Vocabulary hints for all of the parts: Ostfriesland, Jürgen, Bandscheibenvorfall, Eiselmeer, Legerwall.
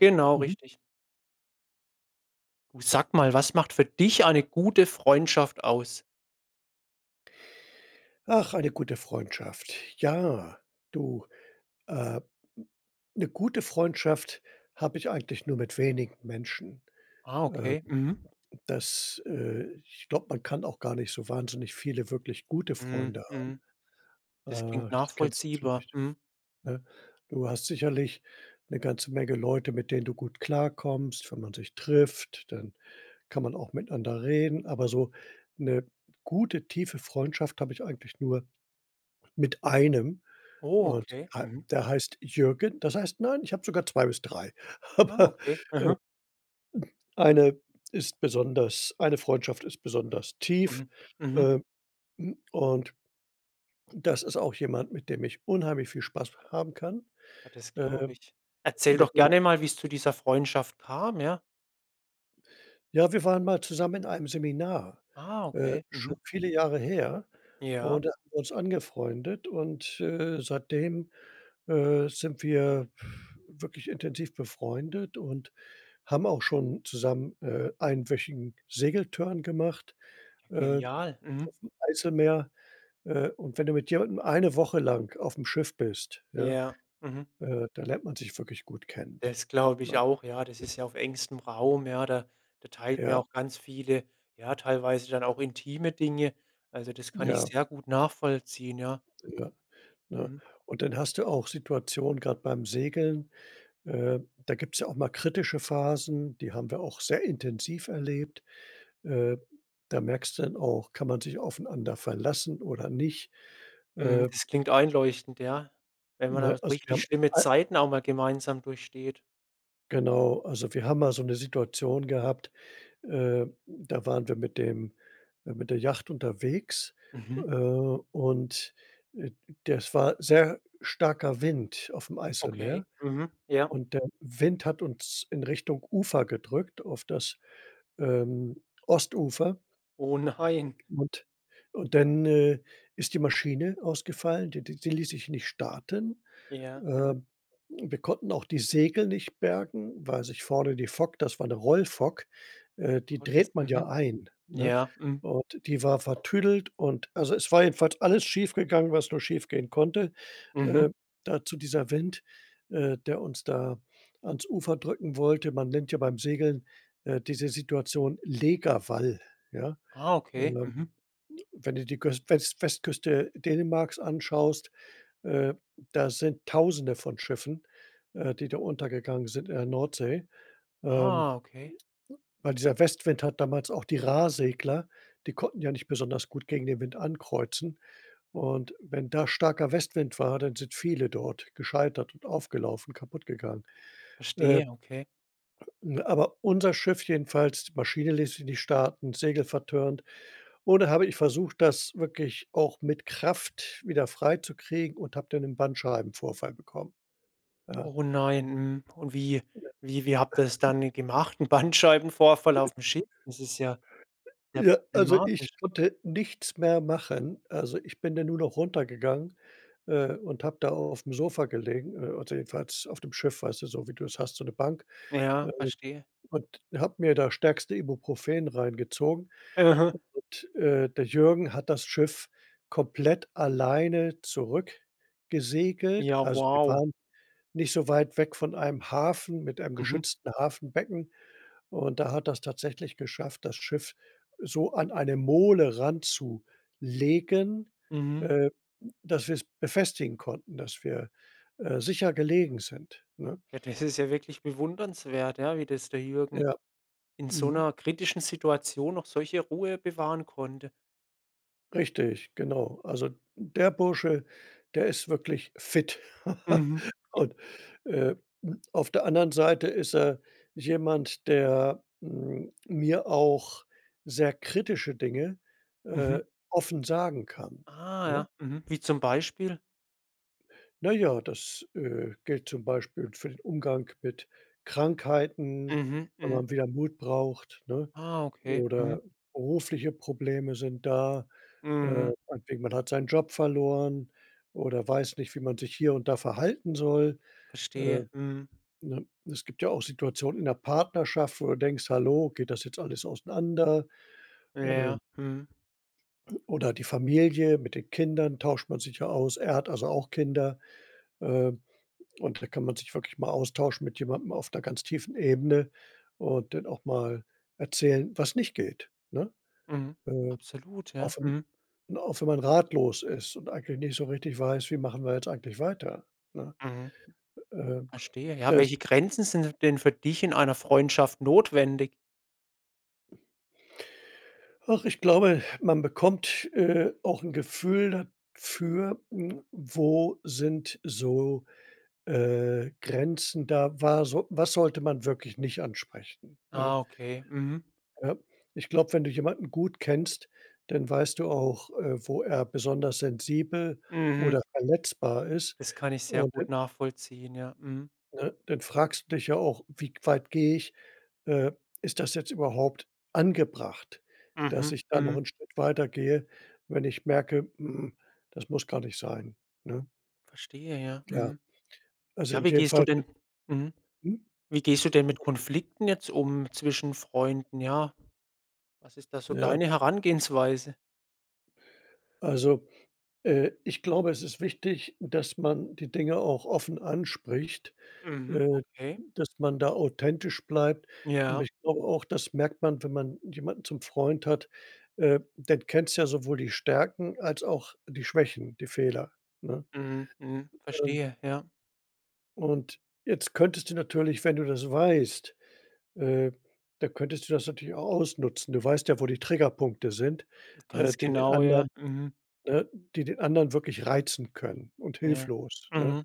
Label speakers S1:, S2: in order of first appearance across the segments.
S1: Genau,
S2: Mhm.
S1: richtig. Du, sag mal, was macht für dich eine gute Freundschaft aus?
S2: Ach, eine gute Freundschaft. Ja, du, äh, 'ne gute Freundschaft habe ich eigentlich nur mit wenigen Menschen.
S1: Ah,
S2: Äh,
S1: okay. Mhm.
S2: ich glaube, man kann auch gar nicht so wahnsinnig viele wirklich gute
S1: Mhm,
S2: Freunde
S1: mhm. Das
S2: haben.
S1: klingt
S2: Das kennst du
S1: nachvollziehbar.
S2: vielleicht,
S1: Mhm.
S2: ne? Du hast sicherlich eine ganze Menge Leute, mit denen du gut klarkommst. Wenn man sich trifft, dann kann man auch miteinander reden, aber so eine gute, tiefe Freundschaft habe ich eigentlich nur mit einem.
S1: Oh,
S2: Und
S1: okay.
S2: ha
S1: Mhm.
S2: der heißt Jürgen. Das heißt, nein, ich habe sogar 2 bis drei.
S1: Ah,
S2: Aber
S1: okay. Mhm.
S2: eine ist besonders, eine Freundschaft ist besonders tief,
S1: Mhm. Mhm.
S2: ähm, und das ist auch jemand, mit dem ich unheimlich viel Spaß haben kann,
S1: Ja, das
S2: äh,
S1: glaube ich. Erzähl
S2: mit
S1: doch
S2: dem ich
S1: gerne mal, wie es zu dieser Freundschaft kam, ja?
S2: ja, wir waren mal zusammen in einem Seminar,
S1: Ah, okay.
S2: schon
S1: Mhm.
S2: viele Jahre her,
S1: Ja.
S2: und da haben wir uns angefreundet, und, seitdem sind wir wirklich intensiv befreundet und haben auch schon zusammen, einwöchigen Segeltörn gemacht,
S1: Ja,
S2: äh,
S1: genial. Mhm.
S2: Eiselmeer. Und wenn du mit jemandem eine Woche lang auf dem Schiff bist, ja,
S1: Ja. Mhm.
S2: dann lernt man sich wirklich gut kennen,
S1: Das glaube ich
S2: ne?
S1: auch, ja. Das ist ja auf engstem Raum, ja. Da teilt man ja
S2: Ja,
S1: auch ganz viele, ja, teilweise dann auch intime Dinge. Also, das kann ich
S2: ja,
S1: sehr gut nachvollziehen, ja.
S2: ja, ne?
S1: Mhm.
S2: Und dann hast du auch Situationen, gerade beim Segeln, äh, da gibt es ja auch mal kritische Phasen, die haben wir auch sehr intensiv erlebt. Äh, Da merkst du dann auch, kann man sich aufeinander verlassen oder nicht?
S1: Mhm,
S2: Äh,
S1: das klingt einleuchtend, ja, wenn man da
S2: ne,
S1: so
S2: also, wir
S1: richtig
S2: haben
S1: schlimme
S2: a
S1: Zeiten auch mal gemeinsam durchsteht.
S2: genau, also, wir haben mal so eine Situation gehabt, da waren wir mit dem mit der Yacht unterwegs,
S1: Mhm.
S2: äh, und, äh, das war sehr starker Wind auf dem Eiselmeer,
S1: Okay. Mhm. Ja.
S2: und der Wind hat uns in Richtung Ufer gedrückt, auf das, ähm, Ostufer.
S1: Oh nein.
S2: Und und dann, ist die Maschine ausgefallen, die ließ sich nicht starten.
S1: Ja. Mhm.
S2: Ähm, Wir konnten auch die Segel nicht bergen, weil sich vorne die Fock, das war 'ne Rollfock, die
S1: Gottes.
S2: dreht man
S1: Mhm.
S2: ja ein, ne?
S1: Ja. Mhm.
S2: Und die war vertüdelt, und also, es war jedenfalls alles schiefgegangen, was nur schiefgehen konnte.
S1: Mhm.
S2: Äh, Dazu dieser Wind, der uns da ans Ufer drücken wollte. Man nennt ja beim Segeln, diese Situation Legerwall, ja?
S1: Ah, okay.
S2: Äh
S1: Mhm.
S2: Wenn du die Küst Westküste Dänemarks anschaust, äh, da sind Tausende von Schiffen, die da untergegangen sind in der Nordsee. Ähm,
S1: Ah, okay.
S2: Weil dieser Westwind hat damals auch die Rahsegler, die konnten ja nicht besonders gut gegen den Wind ankreuzen. Und wenn da starker Westwind war, dann sind viele dort gescheitert und aufgelaufen, kaputtgegangen. Äh,
S1: Verstehe, okay.
S2: aber unser Schiff jedenfalls, die Maschine ließ sich nicht starten, Segel vertörnt. Oder habe ich versucht, das wirklich auch mit Kraft wieder freizukriegen, und habe dann 'nen Bandscheibenvorfall bekommen, ja.
S1: Oh nein, mhm. Und wie habt ihr's dann gemacht? Ein Bandscheibenvorfall auf dem Schiff? Das ist ja sehr
S2: Ja, also, ich
S1: problematisch.
S2: konnte nichts mehr machen. Also, ich bin dann nur noch runtergegangen, und habe da aufm Sofa gelegen, also, jedenfalls auf dem Schiff, weißt du, so wie du es hast, so 'ne Bank, äh,
S1: Ja, verstehe.
S2: und habe mir das stärkste Ibuprofen reingezogen.
S1: Mhm.
S2: Und, der Jürgen hat das Schiff komplett alleine zurückgesegelt.
S1: Ja,
S2: Also, wir
S1: wow.
S2: waren nicht so weit weg von einem Hafen mit einem
S1: Mhm,
S2: geschützten Hafenbecken. Und da hat das tatsächlich geschafft, das Schiff so an eine Mole ranzulegen,
S1: mhm.
S2: äh, dass wir es befestigen konnten, dass wir, sicher gelegen sind, ne?
S1: Ja, das ist ja wirklich bewundernswert, ja, wie das der Jürgen
S2: Ja,
S1: in so
S2: mhm.
S1: einer kritischen Situation noch solche Ruhe bewahren konnte.
S2: Richtig, genau. Also, der Bursche, der ist wirklich fit.
S1: Mhm. J
S2: Und, äh, auf der anderen Seite ist er jemand, der, mir auch sehr kritische Dinge,
S1: mhm.
S2: äh, offen sagen kann,
S1: Ah,
S2: ne?
S1: ja. Mhm. Wie zum Beispiel?
S2: Naja, das, gilt zum Beispiel für den Umgang mit Krankheiten,
S1: Mhm,
S2: wenn
S1: mhm.
S2: man wieder Mut braucht, ne?
S1: Ah, okay. Mhm.
S2: Oder berufliche Probleme sind da.
S1: Mhm.
S2: Meinetwegen, man hat seinen Job verloren oder weiß nicht, wie man sich hier und da verhalten soll. Äh,
S1: Verstehe. Mhm.
S2: ne? Es gibt ja auch Situationen in der Partnerschaft, wo du denkst: „Hallo, geht das jetzt alles auseinander?“
S1: Ja, ja.
S2: Ähm,
S1: Mhm.
S2: oder die Familie mit den Kindern, tauscht man sich ja aus. Er hat also auch Kinder. Ähm Und da kann man sich wirklich mal austauschen mit jemandem auf einer ganz tiefen Ebene und dann auch mal erzählen, was nicht geht, ne?
S1: Mhm.
S2: Äh,
S1: Absolut,
S2: auch
S1: ja.
S2: wenn,
S1: Mhm.
S2: ne, auch wenn man ratlos ist und eigentlich nicht so richtig weiß, wie machen wir jetzt eigentlich weiter, ne?
S1: Mhm.
S2: Äh,
S1: Verstehe. Ja,
S2: das
S1: welche Grenzen sind denn für dich in einer Freundschaft notwendig?
S2: ach, ich glaube, man bekommt, auch 'n Gefühl dafür, hm, wo sind so, Grenzen, da war so was sollte man wirklich nicht ansprechen, ne?
S1: Ah, okay. Mhm.
S2: Ja, ich glaube, wenn du jemanden gut kennst, dann weißt du auch, wo er besonders sensibel
S1: Mhm.
S2: oder verletzbar ist.
S1: Das kann ich sehr
S2: Und dann,
S1: gut nachvollziehen, ja. Mhm.
S2: ne, dann fragst du dich ja auch: „Wie weit gehe ich? Äh, Ist das jetzt überhaupt angebracht, dass
S1: Mhm.
S2: ich da noch
S1: Mhm.
S2: 'n Schritt weiter gehe, wenn ich merke, hm, das muss gar nicht sein“, ne?
S1: Verstehe, ja.
S2: Ja,
S1: Mhm.
S2: also in
S1: Ja, wie
S2: jedem
S1: gehst
S2: Fall,
S1: du denn mhm.
S2: hm?
S1: Wie gehst du denn mit Konflikten jetzt um zwischen Freunden? Ja, was ist da so
S2: Ja,
S1: deine Herangehensweise?
S2: also, ich glaube, es ist wichtig, dass man die Dinge auch offen anspricht.
S1: Mhm.
S2: Äh,
S1: Okay.
S2: Dass man da authentisch bleibt. Aber
S1: Ja.
S2: ich glaube auch, das merkt man, wenn man jemanden zum Freund hat, dann kennst du ja sowohl die Stärken als auch die Schwächen, die Fehler, ne?
S1: Mhm. Mhm.
S2: Ähm,
S1: Verstehe, ja.
S2: und jetzt könntest du natürlich, wenn du das weißt, äh, da könntest du das natürlich auch ausnutzen. Du weißt ja, wo die Triggerpunkte sind,
S1: Ganz
S2: die den
S1: genau, ja.
S2: anderen,
S1: Mhm.
S2: ne die den anderen wirklich reizen können und
S1: Ja.
S2: hilflos, ne?
S1: Mhm.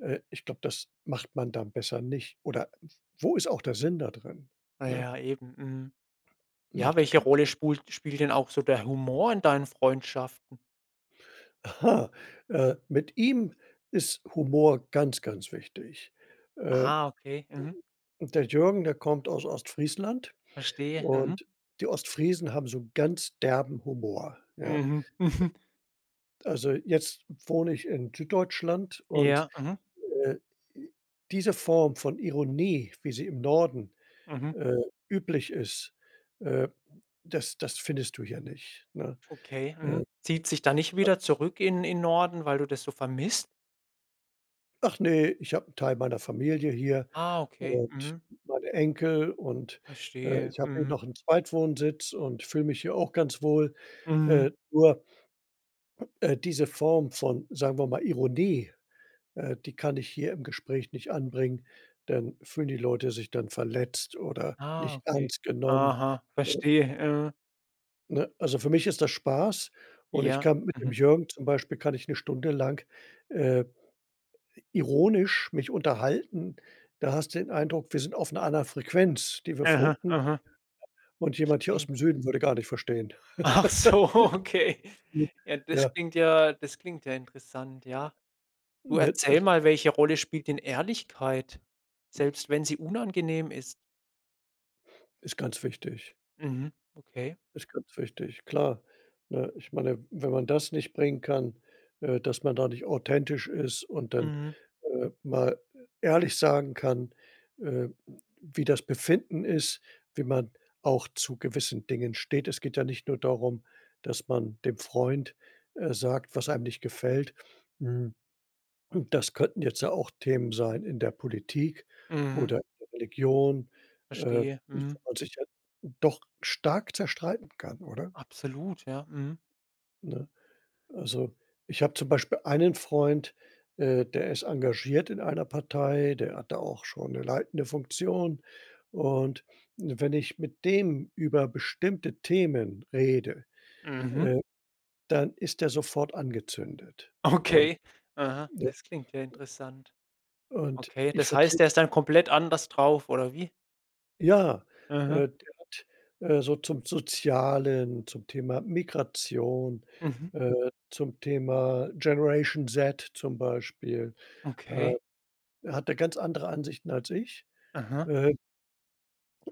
S2: Ich glaube, das macht man dann besser nicht. Oder wo ist auch der Sinn da drin,
S1: Ah
S2: ne?
S1: ja, eben, mhm. Ja,
S2: Macht ja
S1: welche
S2: keinen
S1: Rolle
S2: Sinn.
S1: spult spielt denn auch so der Humor in deinen Freundschaften?
S2: Aha, mit ihm ist Humor ganz, ganz wichtig. Äh,
S1: Ah, okay, mhm,
S2: und der Jürgen, der kommt aus Ostfriesland,
S1: verstehe, mhm,
S2: und die Ostfriesen haben so 'n ganz derben Humor, ja?
S1: mhm, mhm.
S2: Also, jetzt wohne ich in Süddeutschland, und,
S1: Ja, mhm,
S2: äh, diese Form von Ironie, wie sie im Norden,
S1: mhm,
S2: äh, üblich ist, äh das findest du hier nicht, ne?
S1: okay,
S2: Äh,
S1: mhm. Zieht sich da nicht wieder zurück in Norden, weil du das so vermisst?
S2: Ach ne, ich habe 'n Teil meiner Familie hier
S1: Ah, okay,
S2: und
S1: mhm,
S2: meine Enkel und,
S1: verstehe,
S2: ich habe hier
S1: mhm,
S2: noch 'n Zweitwohnsitz und fühle mich hier auch ganz wohl.
S1: mhm.
S2: Nur, diese Form von, sagen wir mal, Ironie, die kann ich hier im Gespräch nicht anbringen, dann fühlen die Leute sich dann verletzt oder
S1: Ah,
S2: nicht
S1: okay.
S2: ernst genommen,
S1: Aha,
S2: ne?
S1: verstehe, äh,
S2: Ne? Also, für mich ist das Spaß, und ich
S1: ja,
S2: kann mit dem
S1: mhm,
S2: Jürgen zum Beispiel, kann ich 'ne Stunde lang, äh ironisch mich unterhalten. Da hast du den Eindruck, wir sind auf 'ner anderen Frequenz, die wir
S1: aha,
S2: funken,
S1: aha,
S2: und jemand hier
S1: verstehe.
S2: aus'm Süden würde gar nicht verstehen.
S1: Ach so, okay. Ja,
S2: Ja,
S1: das klingt ja interessant, ja. Du,
S2: ne, das
S1: erzähl mal, welche Rolle spielt denn Ehrlichkeit, selbst wenn sie unangenehm ist?
S2: ist ganz wichtig.
S1: Mhm, okay.
S2: Ist ganz wichtig, klar. Ne, ich meine, wenn man das nicht bringen kann, dass man da nicht authentisch ist und dann,
S1: Mhm,
S2: mal ehrlich sagen kann, äh, wie das Befinden ist, wie man auch zu gewissen Dingen steht. Es geht ja nicht nur darum, dass man dem Freund, sagt, was einem nicht gefällt. Hm. Und das könnten jetzt ja auch Themen sein in der Politik
S1: mhm,
S2: oder in der Religion, äh,
S1: verstehe.
S2: wo
S1: Mhm,
S2: man sich ja doch stark zerstreiten kann, oder?
S1: absolut, ja. Mhm,
S2: Ne? Also, ich habe zum Beispiel einen Freund, der ist engagiert in einer Partei, der hat da auch schon eine leitende Funktion. Und wenn ich mit dem über bestimmte Themen rede,
S1: mhm,
S2: äh, dann ist er sofort angezündet. Und,
S1: okay. Aha,
S2: ne
S1: das klingt ja interessant.
S2: und
S1: Okay,
S2: ich
S1: das heißt, der
S2: vertrete
S1: ist dann komplett anders drauf oder wie?
S2: ja,
S1: Mhm,
S2: der hat, so zum Sozialen, zum Thema Migration,
S1: mhm,
S2: zum Thema Generation Z zum Beispiel, äh,
S1: okay.
S2: hat er ganz andere Ansichten als ich,
S1: Aha.
S2: äh,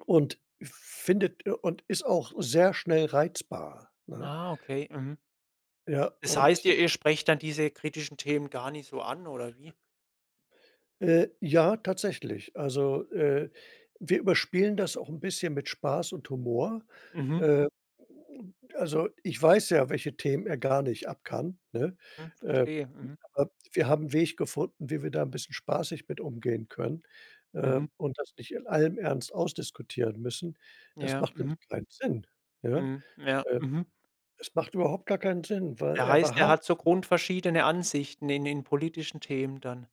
S2: und findet und ist auch sehr schnell reizbar, ne?
S1: Ah, okay. Mhm.
S2: Ja,
S1: Das
S2: und
S1: heißt, ihr sprecht dann diese kritischen Themen gar nicht so an oder wie?
S2: Ja, tatsächlich. Also, wir überspielen das auch ein bisschen mit Spaß und Humor.
S1: Mhm,
S2: Äh, also, ich weiß ja, welche Themen er gar nicht ab kann, ne?
S1: mhm,
S2: Äh,
S1: verstehe. Mhm,
S2: aber wir haben 'n Weg gefunden, wie wir da ein bisschen spaßig mit umgehen können,
S1: mhm,
S2: und das nicht in allem Ernst ausdiskutieren müssen. Das
S1: ja,
S2: macht nämlich
S1: mhm,
S2: keinen Sinn, ja?
S1: mhm, ja,
S2: Äh,
S1: mhm.
S2: Es macht überhaupt gar keinen Sinn, weil
S1: Der
S2: er
S1: heißt, er
S2: beharrt.
S1: hat so grundverschiedene Ansichten in politischen Themen dann.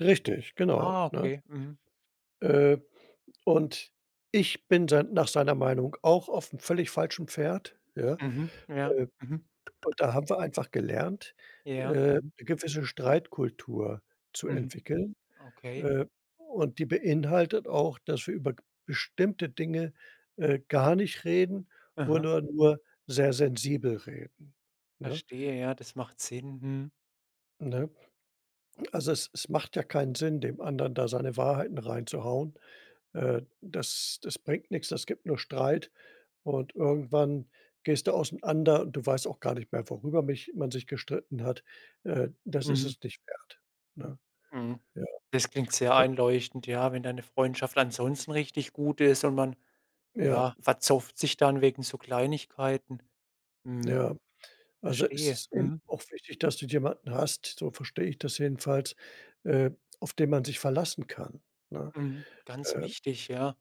S2: Richtig, genau,
S1: Ah,
S2: ne?
S1: okay. Mhm.
S2: Äh Und ich bin sein nach seiner Meinung auch auf auf'm völlig falschen Pferd, ja?
S1: Mhm. Ja.
S2: Äh,
S1: Mhm.
S2: und da haben wir einfach gelernt,
S1: Ja.
S2: 'ne
S1: Mhm.
S2: gewisse Streitkultur zu
S1: Mhm.
S2: entwickeln,
S1: Okay.
S2: äh, und die beinhaltet auch, dass wir über g bestimmte Dinge, gar nicht reden
S1: Aha.
S2: oder nur sehr sensibel reden, ne?
S1: Verstehe, ja, das macht Sinn. Mhm.
S2: Ne? Also, es macht ja keinen Sinn, dem anderen da seine Wahrheiten reinzuhauen. Das bringt nix, das gibt nur Streit. Und irgendwann gehst du auseinander und du weißt auch gar nicht mehr, worüber mich man sich gestritten hat. Das ist
S1: Mhm.
S2: es nicht wert, ne?
S1: Mhm.
S2: Ja,
S1: Das klingt sehr einleuchtend, ja, wenn deine Freundschaft ansonsten richtig gut ist und man,
S2: ja,
S1: ja, verzofft sich dann wegen so Kleinigkeiten. Mhm.
S2: ja. Also, es
S1: Verstehe.
S2: ist eben
S1: Mhm.
S2: auch wichtig, dass du jemanden hast, so verstehe ich das jedenfalls, äh, auf den man sich verlassen kann, ne?
S1: Mhm. Ganz
S2: Äh,
S1: wichtig, ja.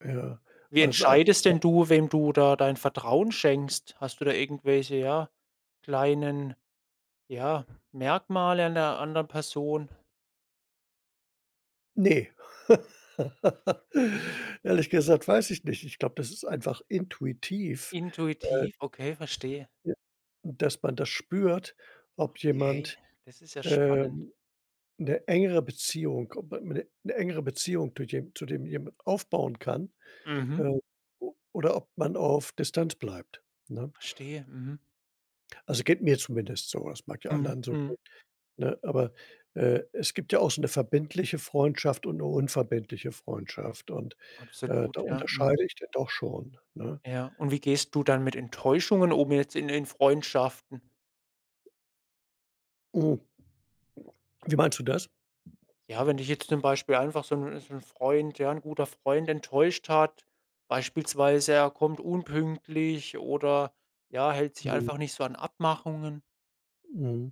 S2: ja,
S1: Wie
S2: also, als
S1: entscheidest denn du, wem du da dein Vertrauen schenkst? Hast du da irgendwelche, ja, kleinen, ja, Merkmale an der anderen Person?
S2: ne. Ehrlich gesagt, weiß ich nicht. Ich glaube, das ist einfach intuitiv,
S1: Intuitiv? Okay, verstehe.
S2: ja, dass man das spürt, ob
S1: Okay,
S2: jemand,
S1: das ist ja spannend.
S2: ähm eine engere Beziehung ob man eine 'ne engere Beziehung zu dem jemand aufbauen kann,
S1: Mhm,
S2: äh, o oder ob man auf Distanz bleibt, ne?
S1: verstehe. Mhm.
S2: Also, geht mir zumindest so. Das mag ja
S1: Mhm,
S2: anderen so
S1: mhm.
S2: gehen, ne? Aber, es gibt ja auch so 'ne verbindliche Freundschaft und eine unverbindliche Freundschaft und, da
S1: Absolut, ja, mhm.
S2: unterscheide ich denn doch schon, ne?
S1: Ja, und wie gehst du dann mit Enttäuschungen um jetzt in Freundschaften?
S2: Mhm. Wie meinst du das?
S1: Ja, wenn dich jetzt zum Beispiel einfach so 'n Freund, ja, ein guter Freund enttäuscht hat, beispielsweise er kommt unpünktlich oder, ja, hält sich
S2: Mhm,
S1: einfach nicht so an Abmachungen.
S2: mhm.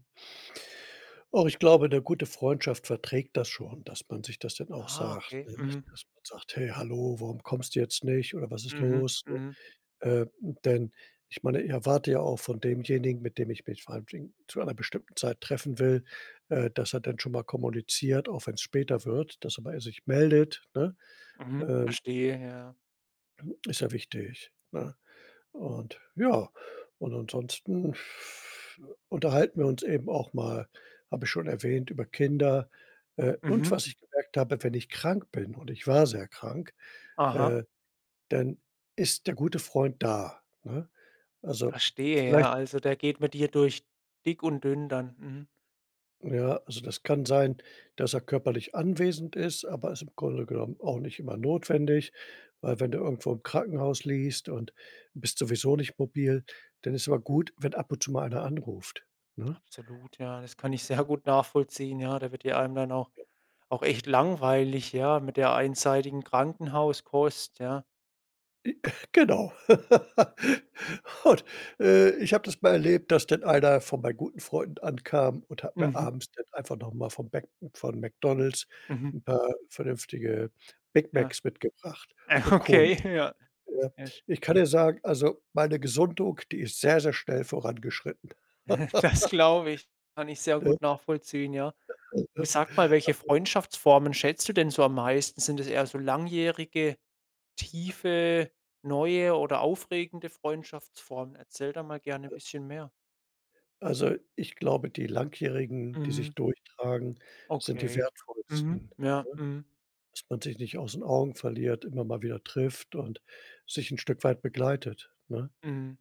S2: Oh, ich glaube, 'ne gute Freundschaft verträgt das schon, dass man sich das dann auch
S1: Ah,
S2: sagt,
S1: okay.
S2: ne? Mhm.
S1: Mhm.
S2: Dass man sagt: „Hey, hallo, warum kommst du jetzt nicht oder was ist
S1: Mhm.
S2: los?“, ne?
S1: Mhm.
S2: Äh, Denn ich meine, ich erwarte ja auch von demjenigen, mit dem ich mich vor allen Dingen zu einer bestimmten Zeit treffen will, dass er dann schon mal kommuniziert, auch wenn's später wird, dass aber er sich meldet, ne?
S1: Mhm.
S2: Ähm,
S1: Verstehe, ja.
S2: Ist ja wichtig, ne? Und ja, und ansonsten unterhalten wir uns eben auch mal, habe ich schon erwähnt, über Kinder. Und
S1: Mhm.
S2: was ich gemerkt habe, wenn ich krank bin, und ich war sehr krank,
S1: Aha.
S2: äh, dann ist der gute Freund da, ne? Also,
S1: Verstehe,
S2: vielleicht
S1: ja. Also, der geht mit dir durch dick und dünn dann. Mhm.
S2: ja, also das kann sein, dass er körperlich anwesend ist, aber ist im Grunde genommen auch nicht immer notwendig, weil wenn du irgendwo im Krankenhaus liegst und bist sowieso nicht mobil, dann ist aber gut, wenn ab und zu mal einer anruft, ne?
S1: Absolut, ja. Das kann ich sehr gut nachvollziehen, ja. Da wird dir einem dann auch echt langweilig, ja, mit der einseitigen Krankenhauskost, ja.
S2: Genau. Und, ich habe das mal erlebt, dass dann einer von meinen guten Freunden ankam und hat mir
S1: Mhm.
S2: abends dann einfach noch mal vom Mac von McDonald's
S1: Mhm.
S2: ein paar vernünftige Big
S1: Ja.
S2: Macs mitgebracht und Cola,
S1: Okay, ja.
S2: ja.
S1: Esch
S2: Ich kann dir sagen, also, meine Gesundung, die ist sehr, sehr schnell vorangeschritten.
S1: das glaube ich. Kann ich sehr
S2: Ne,
S1: gut nachvollziehen, ja. Du,
S2: ne?
S1: sag mal, welche Freundschaftsformen schätzt du denn so am meisten? Sind es eher so langjährige, tiefe, neue oder aufregende Freundschaftsformen? Erzähl da mal gerne ein bisschen mehr.
S2: Also, ich glaube, die Langjährigen, die sich
S1: Mhm,
S2: durchtragen, sind die
S1: okay. Mhm,
S2: wertvollsten,
S1: ja,
S2: ne?
S1: mhm,
S2: Dass man sich nicht aus den Augen verliert, immer mal wieder trifft und sich 'n Stück weit begleitet, ne?
S1: mhm,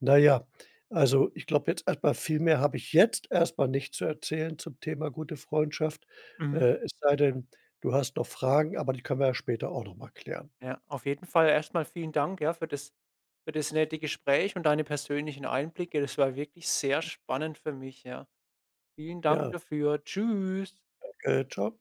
S2: Na ja, also, ich glaube jetzt erst mal, viel mehr habe ich jetzt erst mal nicht zu erzählen zum Thema gute Freundschaft,
S1: mhm.
S2: es sei denn, du hast noch Fragen, aber die können wir ja später auch noch mal klären.
S1: Ja, auf jeden Fall erstmal vielen Dank, ja, für das nette Gespräch und deine persönlichen Einblicke. Das war wirklich sehr spannend für mich, ja. Vielen Dank
S2: Ja,
S1: dafür. Tschüss.
S2: tschau.